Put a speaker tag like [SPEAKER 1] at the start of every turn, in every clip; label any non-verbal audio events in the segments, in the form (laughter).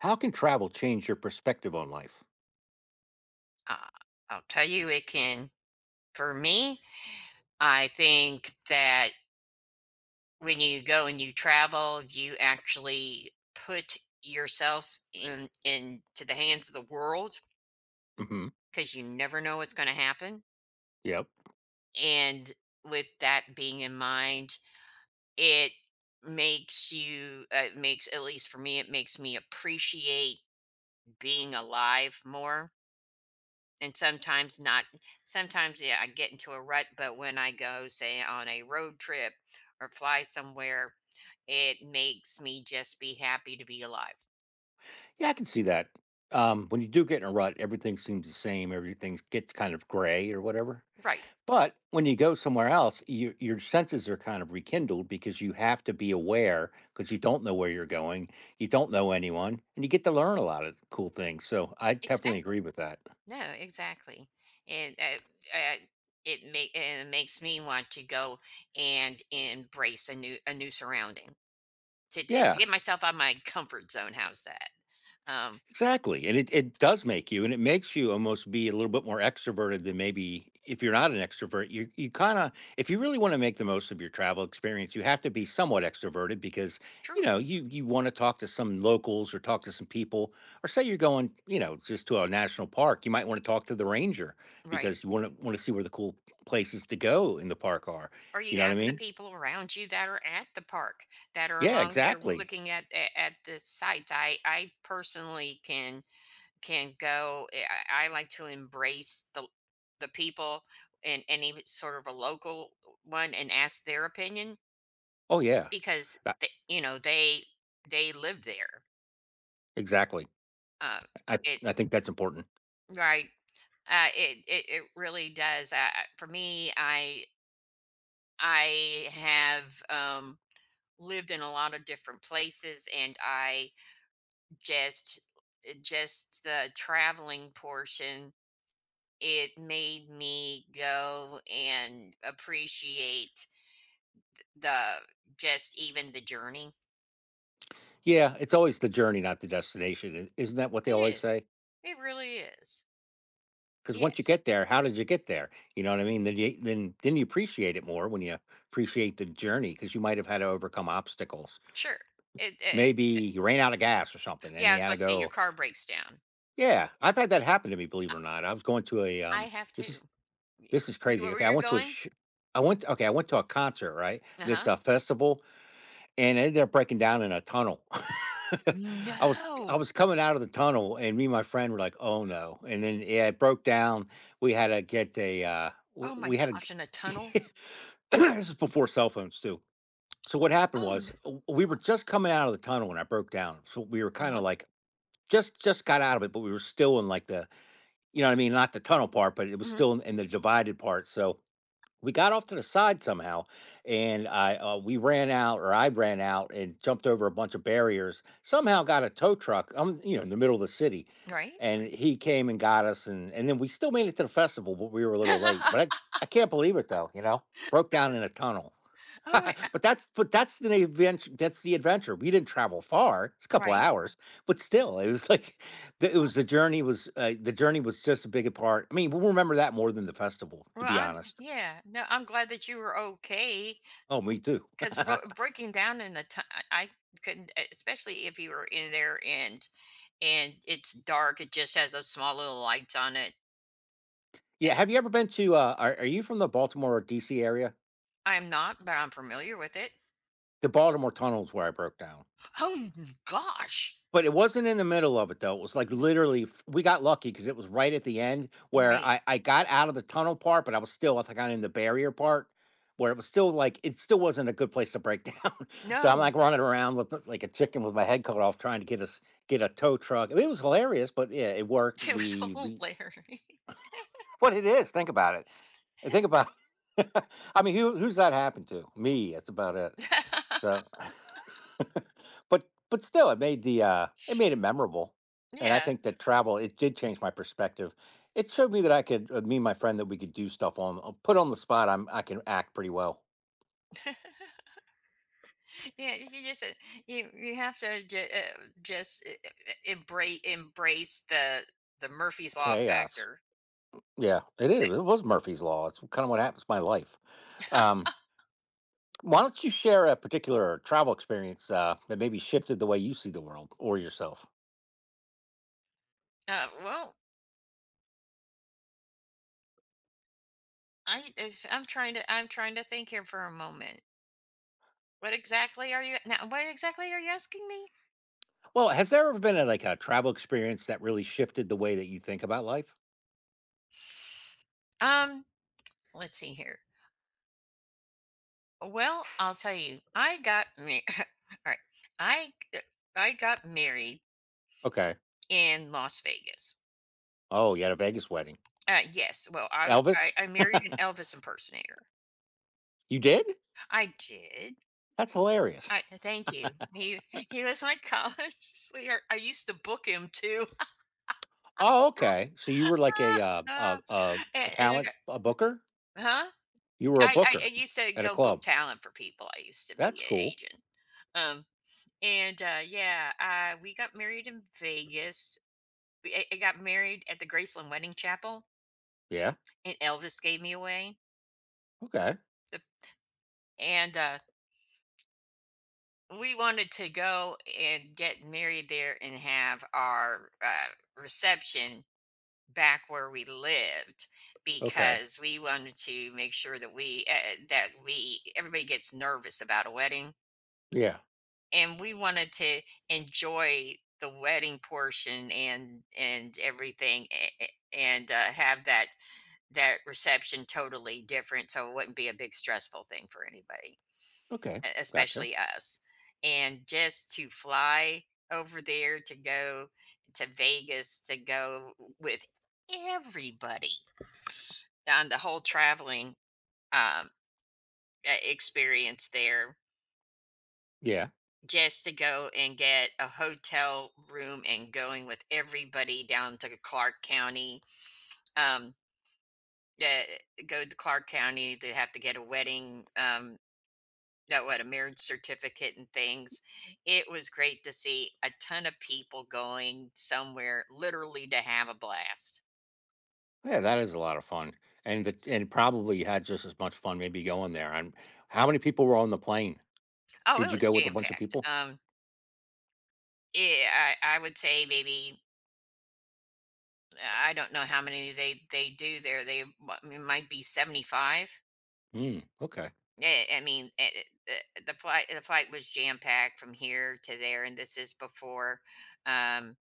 [SPEAKER 1] How can travel change your perspective on life?
[SPEAKER 2] Uh, I'll tell you it can. For me, I think that when you go and you travel, you actually put yourself in into the hands of the world
[SPEAKER 1] Hmm.
[SPEAKER 2] because you never know what's going to happen.
[SPEAKER 1] Yep.
[SPEAKER 2] And with that being in mind, it makes you it makes, at least for me, it makes me appreciate being alive more. And sometimes not sometimes yeah, I get into a rut, but when I go, say, on a road trip or fly somewhere, it makes me just be happy to be alive.
[SPEAKER 1] Yeah, I can see that. When you do get in a rut, everything seems the same. Everything gets kind of gray or whatever.
[SPEAKER 2] Right.
[SPEAKER 1] But when you go somewhere else, your senses are kind of rekindled because you have to be aware because you don't know where you're going. You don't know anyone, and you get to learn a lot of cool things. So I definitely
[SPEAKER 2] Exactly.
[SPEAKER 1] agree with that.
[SPEAKER 2] No, exactly. And uh, uh, it make it makes me want to go and embrace a new surrounding, to
[SPEAKER 1] Yeah.
[SPEAKER 2] get myself out of my comfort zone. How's that? Um,
[SPEAKER 1] Exactly. And it does make you, and it makes you almost be a little bit more extroverted than maybe if you're not an extrovert. You kind of, if you really want to make the most of your travel experience, you have to be somewhat extroverted because,
[SPEAKER 2] true.
[SPEAKER 1] you want to talk to some locals or talk to some people, or say you're going, just to a national park, you might want to talk to the ranger
[SPEAKER 2] Right.
[SPEAKER 1] because you want to see where the cool places to go in the park are.
[SPEAKER 2] Or
[SPEAKER 1] You
[SPEAKER 2] you
[SPEAKER 1] know what I
[SPEAKER 2] ask the
[SPEAKER 1] mean?
[SPEAKER 2] people around you that are at the park, that are
[SPEAKER 1] Yeah,
[SPEAKER 2] along there
[SPEAKER 1] exactly.
[SPEAKER 2] looking at the sites. I personally can go. I like to embrace the people and any sort of a local one and ask their opinion
[SPEAKER 1] Oh yeah,
[SPEAKER 2] because
[SPEAKER 1] that-
[SPEAKER 2] they, you know, they live there.
[SPEAKER 1] exactly.
[SPEAKER 2] Uh,
[SPEAKER 1] I
[SPEAKER 2] it
[SPEAKER 1] I think that's important.
[SPEAKER 2] Right. It really does. For me, I have. Lived in a lot of different places, and I just, just the traveling portion, it made me go and appreciate the just even the journey.
[SPEAKER 1] Yeah, it's always the journey, not the destination. Isn't that what they
[SPEAKER 2] It
[SPEAKER 1] always
[SPEAKER 2] is.
[SPEAKER 1] say?
[SPEAKER 2] It really is.
[SPEAKER 1] Because once you
[SPEAKER 2] Yes.
[SPEAKER 1] get there, how did you get there? You know what I mean? Then you appreciate it more when you appreciate the journey because you might have had to overcome obstacles.
[SPEAKER 2] Sure. It, it
[SPEAKER 1] Maybe
[SPEAKER 2] it-
[SPEAKER 1] you ran out of gas or something,
[SPEAKER 2] yeah,
[SPEAKER 1] and
[SPEAKER 2] I
[SPEAKER 1] you
[SPEAKER 2] was
[SPEAKER 1] had to
[SPEAKER 2] about to say your
[SPEAKER 1] go.
[SPEAKER 2] car breaks down.
[SPEAKER 1] Yeah, I've had that happen to me. Believe it or not, I was going to a.
[SPEAKER 2] I have
[SPEAKER 1] This is
[SPEAKER 2] too. Y-
[SPEAKER 1] this is crazy.
[SPEAKER 2] Where
[SPEAKER 1] Okay, I
[SPEAKER 2] you're
[SPEAKER 1] went to a.
[SPEAKER 2] going?
[SPEAKER 1] I went, okay. I went to a concert, right? This
[SPEAKER 2] Uh-huh.
[SPEAKER 1] festival, and I ended up breaking down in a tunnel. (laughs) I was I
[SPEAKER 2] No.
[SPEAKER 1] was coming out of the tunnel, and me and my friend were like, "Oh no!" And then yeah, it broke down. We had to get a
[SPEAKER 2] Oh my
[SPEAKER 1] we had to.
[SPEAKER 2] gosh, in a tunnel?
[SPEAKER 1] g- (coughs) (laughs) this is before cell phones too. So what happened
[SPEAKER 2] Oh
[SPEAKER 1] was
[SPEAKER 2] no.
[SPEAKER 1] we were just coming out of the tunnel when I broke down. So we were kind of
[SPEAKER 2] Uh-huh.
[SPEAKER 1] like just got out of it, but we were still in like the, you know what I mean, not the tunnel part, but it was
[SPEAKER 2] Hmm.
[SPEAKER 1] still in the divided part. So we got off to the side somehow, and I we ran out. Or I ran out and jumped over a bunch of barriers, somehow got a tow truck. I'm, in the middle of the city,
[SPEAKER 2] Right?
[SPEAKER 1] and he came and got us, and then we still made it to the festival, but we were a little late. But i,
[SPEAKER 2] (laughs)
[SPEAKER 1] I can't believe it though, broke down in a tunnel. (laughs)
[SPEAKER 2] Oh, I
[SPEAKER 1] But that's the adventure. We didn't travel far; it's a couple
[SPEAKER 2] right.
[SPEAKER 1] hours. But still, it was like (laughs) it
[SPEAKER 2] Well
[SPEAKER 1] was the journey was just a big part. I mean, we'll remember that more than the festival, to
[SPEAKER 2] well,
[SPEAKER 1] be
[SPEAKER 2] I'm,
[SPEAKER 1] honest.
[SPEAKER 2] yeah. No, I'm glad that you were okay
[SPEAKER 1] Oh, me too. (laughs)
[SPEAKER 2] because breaking down in the ti, I couldn't e, especially if you were in there and it's dark, it just has those small little lights on it
[SPEAKER 1] Yeah,
[SPEAKER 2] that.
[SPEAKER 1] have you ever been to, are you from the Baltimore or DC area?
[SPEAKER 2] I'm not, but I'm familiar with it.
[SPEAKER 1] The Baltimore tunnel is where I broke down.
[SPEAKER 2] Oh gosh.
[SPEAKER 1] But it wasn't in the middle of it, though. It was, like, literally f we got lucky because it was right at the end where
[SPEAKER 2] Right.
[SPEAKER 1] I got out of the tunnel part, but I was still, I think, I in the barrier part, where it was still, like, it still wasn't a good place to break down. (laughs) So I'm,
[SPEAKER 2] No.
[SPEAKER 1] like,
[SPEAKER 2] (laughs)
[SPEAKER 1] running around with like a chicken with my head cut off, trying to get us get a tow truck. It was hilarious, but yeah, it worked.
[SPEAKER 2] It was
[SPEAKER 1] We
[SPEAKER 2] hilarious.
[SPEAKER 1] what it is, think about it. And think about, (laughs) I mean, who's that happened to? Me. That's about it. So, (laughs) but still, it made the, it made it memorable, and I
[SPEAKER 2] (laughs)
[SPEAKER 1] think that travel it did change my perspective. It showed me that I could, me and my friend, that we could do stuff on, put on the spot. I can act pretty well.
[SPEAKER 2] Yeah. Yeah, you just you you have to just embrace the Murphy's law
[SPEAKER 1] Chaos.
[SPEAKER 2] factor.
[SPEAKER 1] Yeah, it is. It was Murphy's law. It's kind of what happens in my life.
[SPEAKER 2] (laughs)
[SPEAKER 1] Um, why don't you share a particular travel experience that maybe shifted the way you see the world or yourself?
[SPEAKER 2] Well, I if- I'm trying to think here for a moment. What exactly are you now? What exactly are you asking me?
[SPEAKER 1] Well, has there ever been a travel experience that really shifted the way that you think about life?
[SPEAKER 2] Um, let's see here. Well, I'll tell you. I got me. (laughs) All right. I uh, I got married
[SPEAKER 1] Okay.
[SPEAKER 2] in Las Vegas.
[SPEAKER 1] Oh, you had a Vegas wedding.
[SPEAKER 2] Yes. Well, I,
[SPEAKER 1] Elvis?
[SPEAKER 2] I I
[SPEAKER 1] (laughs)
[SPEAKER 2] married an Elvis impersonator.
[SPEAKER 1] You did?
[SPEAKER 2] I did.
[SPEAKER 1] That's hilarious.
[SPEAKER 2] I thank you. He was my (laughs) college sweetheart. I used to book him too.
[SPEAKER 1] Oh, okay. So you were like a
[SPEAKER 2] (laughs) and, and I
[SPEAKER 1] talent
[SPEAKER 2] got,
[SPEAKER 1] a booker?
[SPEAKER 2] huh?
[SPEAKER 1] You were a
[SPEAKER 2] I
[SPEAKER 1] booker
[SPEAKER 2] used to
[SPEAKER 1] at a
[SPEAKER 2] go book
[SPEAKER 1] club.
[SPEAKER 2] talent for people. I used to
[SPEAKER 1] That's
[SPEAKER 2] be an
[SPEAKER 1] cool.
[SPEAKER 2] agent. Um, and Yeah, we got married in Vegas. We, I got married at the Graceland Wedding Chapel,
[SPEAKER 1] Yeah.
[SPEAKER 2] and Elvis gave me away.
[SPEAKER 1] Okay.
[SPEAKER 2] The- And we wanted to go and get married there and have our reception back where we lived
[SPEAKER 1] Okay.
[SPEAKER 2] because we wanted to make sure that we that we, everybody gets nervous about a wedding,
[SPEAKER 1] Yeah.
[SPEAKER 2] and we wanted to enjoy the wedding portion and everything, and have that that reception totally different so it wouldn't be a big stressful thing for anybody,
[SPEAKER 1] Okay. Gotcha.
[SPEAKER 2] especially us, and just to fly over there to go to Vegas to go with everybody on the whole traveling, um, e experience there,
[SPEAKER 1] Yeah.
[SPEAKER 2] just to go and get a hotel room and going with everybody down to Clark County, um, yeah, go to Clark County, they have to get a wedding, that what, a marriage certificate and things. It was great to see a ton of people going somewhere literally to have a blast.
[SPEAKER 1] Yeah, that is a lot of fun. And probably you had just as much fun maybe going there. And how many people were on the plane?
[SPEAKER 2] Oh, it
[SPEAKER 1] Did you
[SPEAKER 2] was
[SPEAKER 1] go with a bunch of
[SPEAKER 2] jam-packed.
[SPEAKER 1] people?
[SPEAKER 2] Yeah, I would say maybe, I don't know how many they do there. It might be 75.
[SPEAKER 1] Hmm. Okay.
[SPEAKER 2] I mean, flight the flight was jam packed from here to there, and this is before, um,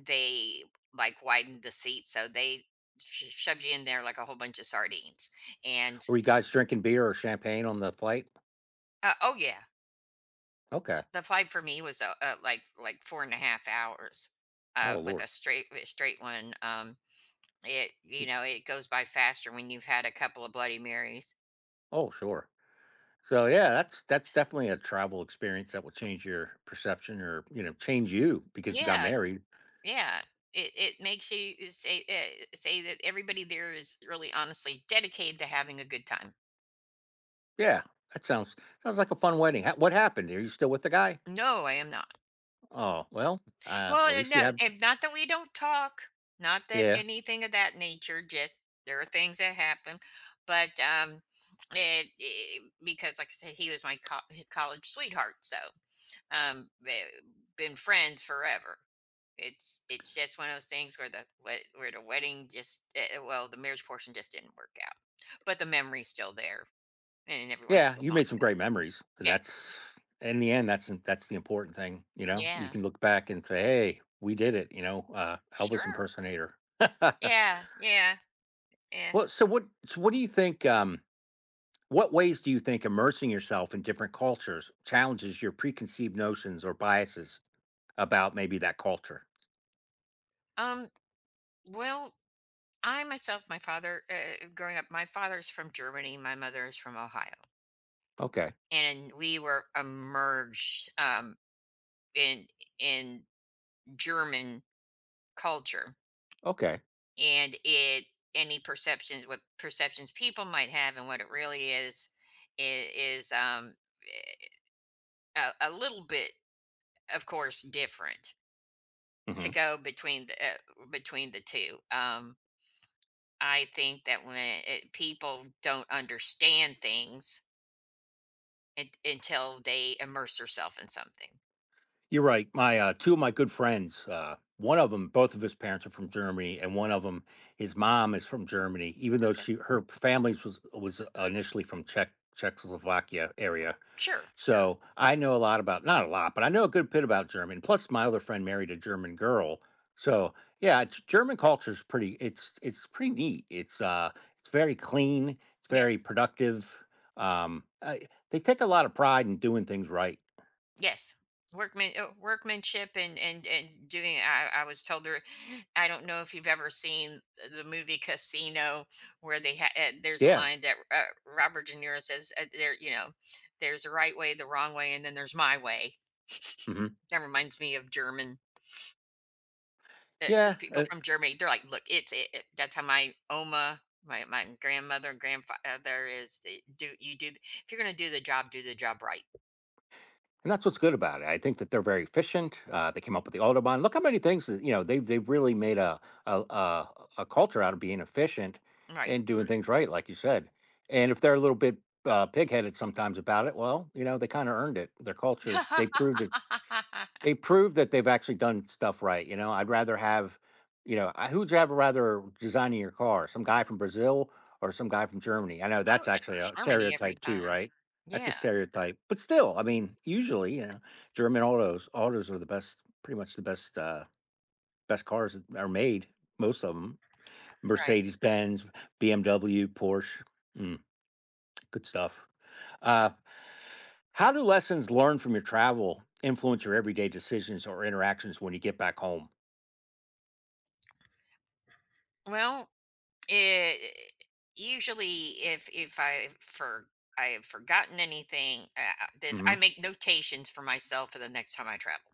[SPEAKER 2] they like widened the seat, so they shoved you in there like a whole bunch of sardines. And
[SPEAKER 1] Were you guys drinking beer or champagne on the flight?
[SPEAKER 2] oh yeah,
[SPEAKER 1] Okay.
[SPEAKER 2] the flight for me was like 4.5 hours
[SPEAKER 1] Oh,
[SPEAKER 2] with
[SPEAKER 1] Lord.
[SPEAKER 2] a straight one. It, you know, it goes by faster when you've had a couple of Bloody Marys.
[SPEAKER 1] Oh, sure. So, yeah, that's definitely a travel experience that will change your perception or, change you because you got
[SPEAKER 2] Yeah,
[SPEAKER 1] married.
[SPEAKER 2] yeah, it makes you say say that everybody there is really honestly dedicated to having a good time.
[SPEAKER 1] Yeah, that sounds like a fun wedding. Ha, what happened? Are you still with the guy?
[SPEAKER 2] No, I am not.
[SPEAKER 1] Oh, well,
[SPEAKER 2] Well,
[SPEAKER 1] at least you
[SPEAKER 2] no,
[SPEAKER 1] have,
[SPEAKER 2] and not that we don't talk, not that
[SPEAKER 1] yeah.
[SPEAKER 2] anything of that nature. Just there are things that happen, but because like I said, he was my college sweetheart, so um, they- been friends forever. It's just one of those things where where the wedding just, well, the marriage portion just didn't work out, but the memory's still there, and everyone's
[SPEAKER 1] Yeah,
[SPEAKER 2] still
[SPEAKER 1] you
[SPEAKER 2] fond.
[SPEAKER 1] made some great memories. And
[SPEAKER 2] Yes,
[SPEAKER 1] that's, in the end, that's the important thing, you know? You
[SPEAKER 2] yeah,
[SPEAKER 1] can look back and say, "Hey, we did it," Elvis
[SPEAKER 2] sure,
[SPEAKER 1] impersonator. (laughs)
[SPEAKER 2] yeah, yeah, yeah.
[SPEAKER 1] Well, so what do you think? What ways do you think immersing yourself in different cultures challenges your preconceived notions or biases about maybe that culture?
[SPEAKER 2] Um, well, I myself, my father, growing up, my father's from Germany, my mother is from Ohio,
[SPEAKER 1] Okay.
[SPEAKER 2] and we were immersed in in German culture.
[SPEAKER 1] Okay.
[SPEAKER 2] And it, any perceptions, what perceptions people might have and what it really is, is um, eh, a little bit of course different to
[SPEAKER 1] Hmm.
[SPEAKER 2] go between the two. Um, I think that when it, people don't understand things, it, until they immerse themselves in something.
[SPEAKER 1] You're right. My two of my good friends, one of them, both of his parents are from Germany, and one of them, his mom is from Germany, even though
[SPEAKER 2] Okay.
[SPEAKER 1] she her family was initially from Czechoslovakia area.
[SPEAKER 2] Sure.
[SPEAKER 1] So I know a lot about, not a lot, but I know a good bit about German. Plus, my other friend married a German girl. So yeah, German culture is pretty. It's pretty neat. It's very clean. It's
[SPEAKER 2] Yeah.
[SPEAKER 1] very productive. Um, I, they take a lot of pride in doing things right.
[SPEAKER 2] Yes. Workman, workmanship, and doing. I was told there. I don't know if you've ever seen the movie Casino, where they there's a
[SPEAKER 1] Yeah,
[SPEAKER 2] line that Robert De Niro says, "There, you know, there's a right way, the wrong way, and then there's my way."
[SPEAKER 1] hmm,
[SPEAKER 2] That reminds me of German uh,
[SPEAKER 1] yeah.
[SPEAKER 2] people from Germany. They're like, "Look, it's it." It." That's how my oma, my grandmother, and grandfather is. The do you do? If you're gonna do the job right.
[SPEAKER 1] And that's what's good about it. I think that they're very efficient. They came up with the Autobahn. Look how many things that. They've really made a culture out of being efficient
[SPEAKER 2] Right.
[SPEAKER 1] and doing things right, like you said. And if they're a little bit pigheaded sometimes about it, well, they kind of earned it. Their culture. They proved it they
[SPEAKER 2] (laughs)
[SPEAKER 1] prove that they've actually done stuff right, you know? I'd rather have, I who would you have rather designing your car? Some guy from Brazil or some guy from Germany? I know
[SPEAKER 2] Oh,
[SPEAKER 1] that's actually
[SPEAKER 2] it's
[SPEAKER 1] a
[SPEAKER 2] harmony every
[SPEAKER 1] stereotype too,
[SPEAKER 2] time.
[SPEAKER 1] right? That's a
[SPEAKER 2] Yeah.
[SPEAKER 1] stereotype, but still, I mean, usually, German autos are the best, pretty much the best, best cars that are made, most of them.
[SPEAKER 2] Right.
[SPEAKER 1] Mercedes-Benz, BMW, Porsche. Good stuff. Uh, how do lessons learned from your travel influence your everyday decisions or interactions when you get back home?
[SPEAKER 2] Well, it, usually if I have forgotten anything, this, I
[SPEAKER 1] Hmm.
[SPEAKER 2] make notations for myself for the next time I travel.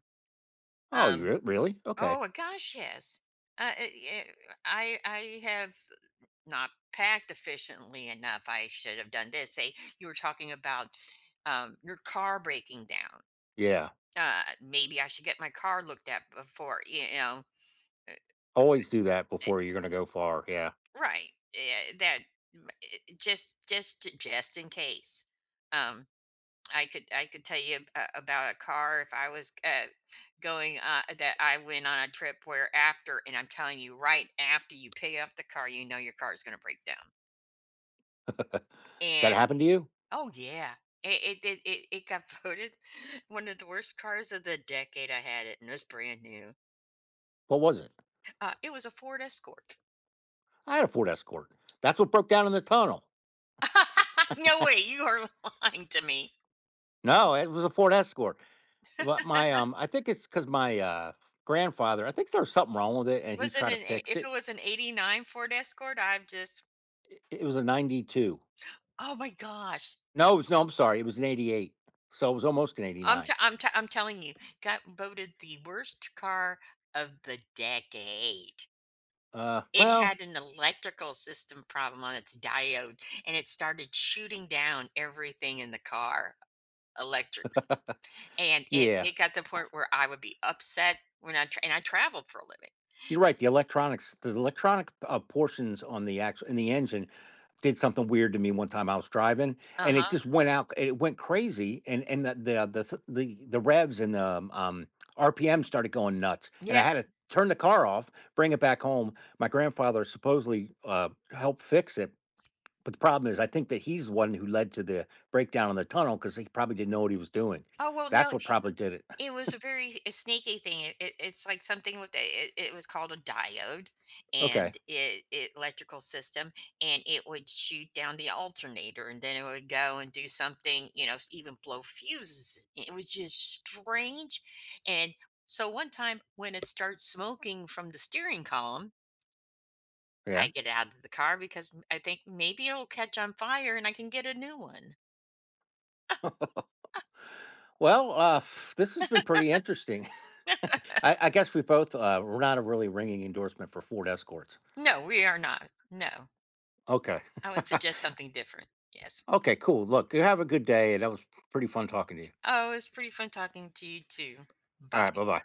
[SPEAKER 1] Oh, you
[SPEAKER 2] Um.
[SPEAKER 1] really? Okay.
[SPEAKER 2] Oh gosh, yes. Uh, it, I have not packed efficiently enough. I should have done this. Say you were talking about your car breaking down.
[SPEAKER 1] Yeah.
[SPEAKER 2] Maybe I should get my car looked at before. You know,
[SPEAKER 1] Always do that before you're going to go far. Yeah.
[SPEAKER 2] right. Just just in case. Um, I could tell you about a car if I was going, that I went on a trip where after, and I'm telling you, right after you pick up the car, you know your car is going to break down.
[SPEAKER 1] That
[SPEAKER 2] And
[SPEAKER 1] happened to you?
[SPEAKER 2] oh yeah, it got voted (laughs) one of the worst cars of the decade. I had it and it was brand new.
[SPEAKER 1] What was it?
[SPEAKER 2] It was a Ford Escort.
[SPEAKER 1] I had a Ford Escort. That's what broke down in the tunnel.
[SPEAKER 2] (laughs) No way, you are (laughs) lying to me.
[SPEAKER 1] No, it was a Ford Escort. But I think it's because my grandfather, I think there was something wrong with it and he
[SPEAKER 2] Was it an
[SPEAKER 1] tried to
[SPEAKER 2] eight
[SPEAKER 1] fix
[SPEAKER 2] if it
[SPEAKER 1] it.
[SPEAKER 2] was an '89 Ford Escort, I've just,
[SPEAKER 1] It was a 92.
[SPEAKER 2] oh my gosh.
[SPEAKER 1] No, it was, no, I'm sorry. It was an 88. So it was almost an
[SPEAKER 2] I'm
[SPEAKER 1] 89.
[SPEAKER 2] t I'm t I'm telling you, got voted the worst car of the decade.
[SPEAKER 1] Uh,
[SPEAKER 2] It
[SPEAKER 1] well,
[SPEAKER 2] had an electrical system problem on its diode, and it started shooting down everything in the car, electric. And it
[SPEAKER 1] yeah,
[SPEAKER 2] it got to the point where I would be upset when I tra, and I traveled for a living.
[SPEAKER 1] you're right. The electronic portions on the actual in the engine did something weird to me one time. I was driving, and it
[SPEAKER 2] Uh-huh.
[SPEAKER 1] just went out. It went crazy, and the revs and the RPM started going nuts, and I
[SPEAKER 2] Yeah.
[SPEAKER 1] had to turn the car off, bring it back home. My grandfather supposedly helped fix it. But the problem is, I think that he's the one who led to the breakdown in the tunnel because he probably didn't know what he was doing.
[SPEAKER 2] Oh, well,
[SPEAKER 1] That's
[SPEAKER 2] no.
[SPEAKER 1] what probably did it.
[SPEAKER 2] It was a very a sneaky thing. It's like something with a, it was called a diode,
[SPEAKER 1] Okay.
[SPEAKER 2] and it electrical system, and it would shoot down the alternator and then it would go and do something, you know, even blow fuses. It was just strange. And so one time when it starts smoking from the steering column,
[SPEAKER 1] Yeah.
[SPEAKER 2] I get out of the car because I think maybe it'll catch on fire and I can get a new one.
[SPEAKER 1] Well, this has been pretty interesting. (laughs) I guess we both, we're not a really ringing endorsement for Ford Escorts.
[SPEAKER 2] No, we are not. No.
[SPEAKER 1] Okay.
[SPEAKER 2] I would suggest something different. Yes.
[SPEAKER 1] (laughs) Okay. Cool. Look, you have a good day, and that was pretty fun talking to you.
[SPEAKER 2] Oh, it was pretty fun talking to you too.
[SPEAKER 1] All right. Bye
[SPEAKER 2] Bye.
[SPEAKER 1] bye.